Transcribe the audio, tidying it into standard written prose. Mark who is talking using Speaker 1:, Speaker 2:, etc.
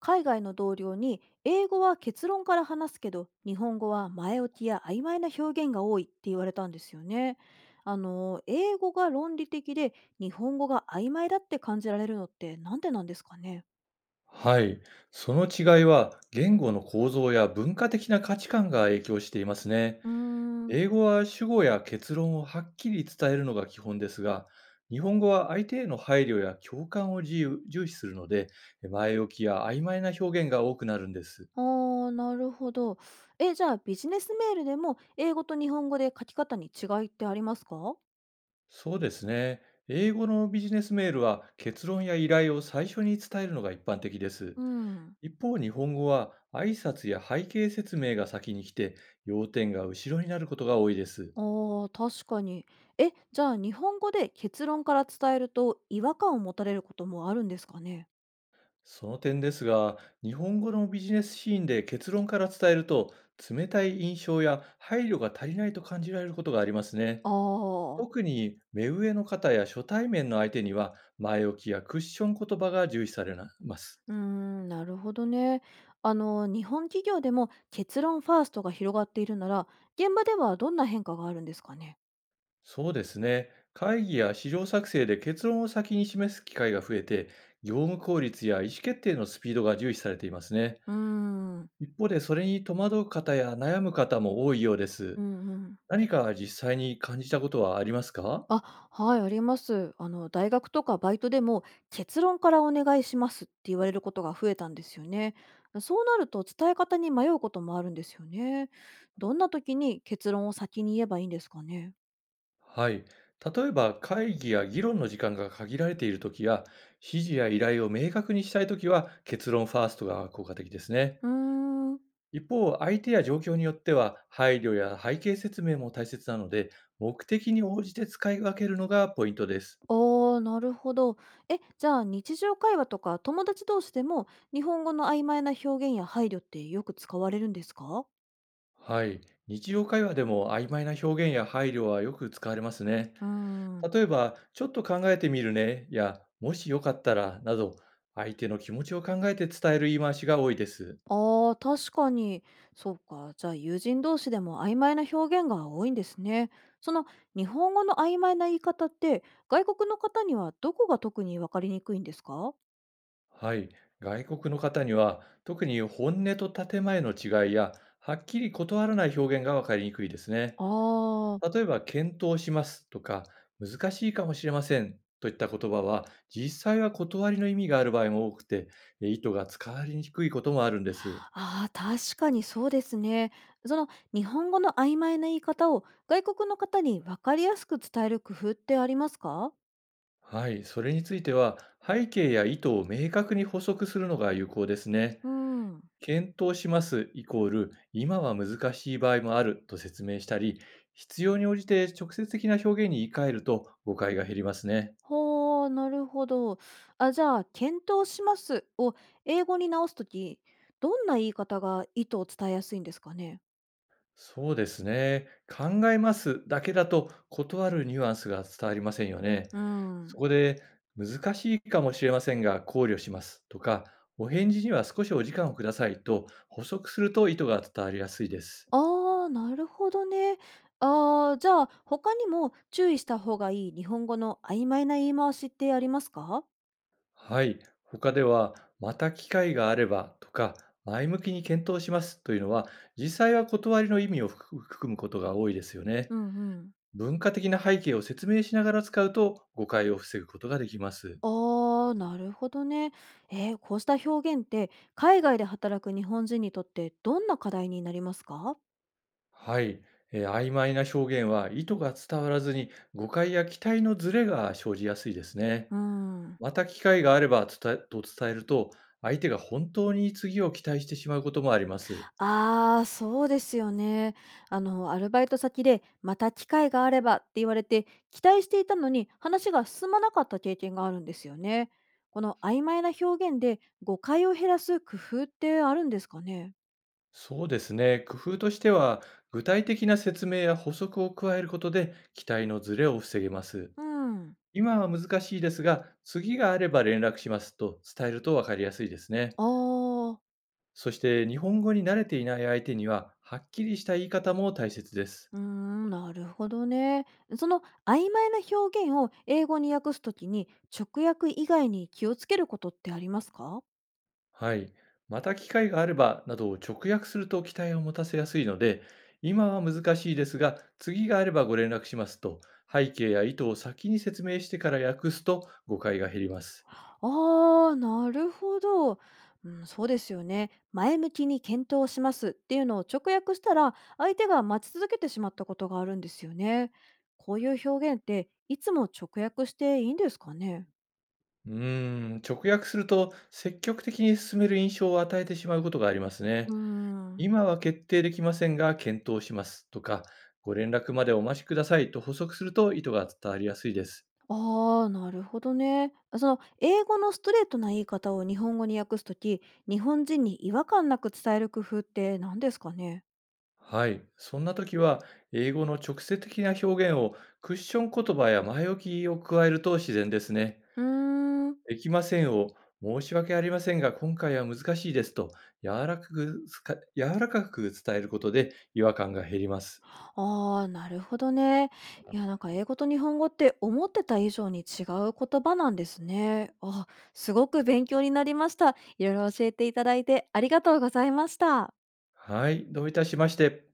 Speaker 1: 海外の同僚に英語は結論から話すけど、日本語は前置きや曖昧な表現が多いって言われたんですよね。英語が論理的で日本語が曖昧だって感じられるのって、なんでなんですかね？
Speaker 2: はい。その違いは、言語の構造や文化的な価値観が影響していますね。
Speaker 1: うーん、
Speaker 2: 英語は主語や結論をはっきり伝えるのが基本ですが、日本語は相手への配慮や共感を自由重視するので、前置きや曖昧な表現が多くなるんです。
Speaker 1: あー、なるほど。じゃあ、ビジネスメールでも英語と日本語で書き方に違いってありますか？
Speaker 2: そうですね。英語のビジネスメールは結論や依頼を最初に伝えるのが一般的です。
Speaker 1: うん。
Speaker 2: 一方、日本語は挨拶や背景説明が先に来て、要点が後ろになることが多いです。
Speaker 1: あー、確かに。じゃあ、日本語で結論から伝えると違和感を持たれることもあるんですかね？
Speaker 2: その点ですが、日本語のビジネスシーンで結論から伝えると、冷たい印象や配慮が足りないと感じられることがありますね。
Speaker 1: ああ、
Speaker 2: 特に目上の方や初対面の相手には、前置きやクッション言葉が重視されます。
Speaker 1: うーん、なるほどね。あの、日本企業でも結論ファーストが広がっているなら、現場ではどんな変化があるんですかね。
Speaker 2: そうですね。会議や資料作成で結論を先に示す機会が増えて、業務効率や意思決定のスピードが重視されていますね。
Speaker 1: うーん、
Speaker 2: 一方で、それに戸惑う方や悩む方も多いようで
Speaker 1: う
Speaker 2: す。
Speaker 1: ん。うん。
Speaker 2: 何か実際に感じたことはありますか？
Speaker 1: あ、はい、あります。あの、大学とかバイトでも、結論からお願いしますって言われることが増えたんですよね。そうなると伝え方に迷うこともあるんですよね。どんな時に結論を先に言えばいいんですかね。
Speaker 2: はい。例えば会議や議論の時間が限られているときや、指示や依頼を明確にしたいときは結論ファーストが効果的ですね。
Speaker 1: うーん。
Speaker 2: 一方、相手や状況によっては配慮や背景説明も大切なので、目的に応じて使い分けるのがポイントです。
Speaker 1: ああ、なるほど。え、じゃあ、日常会話とか友達同士でも日本語の曖昧な表現や配慮ってよく使われるんですか？
Speaker 2: はい。日常会話でも曖昧な表現や配慮はよく使われますね。
Speaker 1: うーん。
Speaker 2: 例えば、ちょっと考えてみるねや、もしよかったらなど、相手の気持ちを考えて伝える言い回しが多いです。
Speaker 1: ああ、確かに。そうか。じゃあ、友人同士でも曖昧な表現が多いんですね。その、日本語の曖昧な言い方って、外国の方にはどこが特に分かりにくいんですか？
Speaker 2: はい、外国の方には特に本音と建前の違いやはっきり断らない表現が分かりにくいですね。
Speaker 1: ああー。
Speaker 2: 例えば検討しますとか難しいかもしれませんといった言葉は実際は断りの意味がある場合も多くて、意図が使われにくいこともあるんです。
Speaker 1: ああ、確かにそうですね。その、日本語の曖昧な言い方を外国の方に分かりやすく伝える工夫ってありますか？
Speaker 2: はい、それについては背景や意図を明確に補足するのが有効ですね。
Speaker 1: うん。
Speaker 2: 検討しますイコール、今は難しい場合もあると説明したり、必要に応じて直接的な表現に言い換えると誤解が減りますね。
Speaker 1: ほう、なるほど。あ、じゃあ、検討しますを英語に直すとき、どんな言い方が意図を伝えやすいんですかね？
Speaker 2: そうですね。考えますだけだと断るニュアンスが伝わりませんよね。
Speaker 1: う
Speaker 2: そ
Speaker 1: ん。
Speaker 2: こで、難しいかもしれませんが考慮しますとか、お返事には少しお時間をくださいと補足すると意図が伝わりやすいです。
Speaker 1: ああ、なるほどね。ああ、じゃあ、他にも注意した方がいい日本語の曖昧な言い回しってありますか？
Speaker 2: はい。他では、また機会があればとか、前向きに検討しますというのは、実際は断りの意味を含むことが多いですよね。
Speaker 1: うん。うん。
Speaker 2: 文化的な背景を説明しながら使うと、誤解を防ぐことができます。
Speaker 1: ああ、なるほどね。えー、こうした表現って海外で働く日本人にとってどんな課題になりますか？
Speaker 2: はい。曖昧な表現は意図が伝わらずに、誤解や期待のズレが生じやすいですね。
Speaker 1: うん。
Speaker 2: また機会があれば伝えると、相手が本当に次を期待してしまうこともあります。
Speaker 1: ああ、そうですよね。あの、アルバイト先でまた機会があればって言われて、期待していたのに話が進まなかった経験があるんですよね。この曖昧な表現で誤解を減らす工夫ってあるんですかね？
Speaker 2: そうですね。工夫としては、具体的な説明や補足を加えることで、期待のズレを防げます。
Speaker 1: うん。
Speaker 2: 今は難しいですが、次があれば連絡しますと伝えると分かりやすいですね。
Speaker 1: ああ。
Speaker 2: そして、日本語に慣れていない相手には、はっきりした言い方も大切です。
Speaker 1: うーん、なるほどね。その、曖昧な表現を英語に訳すときに、直訳以外に気をつけることってありますか？
Speaker 2: はい。また機会があれば、などを直訳すると期待を持たせやすいので、今は難しいですが、次があればご連絡しますと、背景や意図を先に説明してから訳すと誤解が減ります。
Speaker 1: ああー、なるほど。うん、そうですよね。前向きに検討しますっていうのを直訳したら、相手が待ち続けてしまったことがあるんですよね。こういう表現っていつも直訳していいんですかね？
Speaker 2: うーん、直訳すると積極的に進める印象を与えてしまうことがありますね。
Speaker 1: うーん。
Speaker 2: 今は決定できませんが検討しますとか、ご連絡までお待ちくださいと補足すると意図が伝わりやすいです。
Speaker 1: ああ、なるほどね。あ、その英語のストレートな言い方を日本語に訳すとき、日本人に違和感なく伝える工夫って何ですかね？
Speaker 2: はい。そんな時は、英語の直接的な表現をクッション言葉や前置きを加えると自然ですね。
Speaker 1: うーん。
Speaker 2: できませんを申し訳ありませんが今回は難しいですと柔らかく伝えることで違和感が減ります。
Speaker 1: ああ、なるほどね。いや、なんか英語と日本語って思ってた以上に違う言葉なんですね。あ、すごく勉強になりました。いろいろ教えていただいてありがとうございました。
Speaker 2: はい。どういたしまして。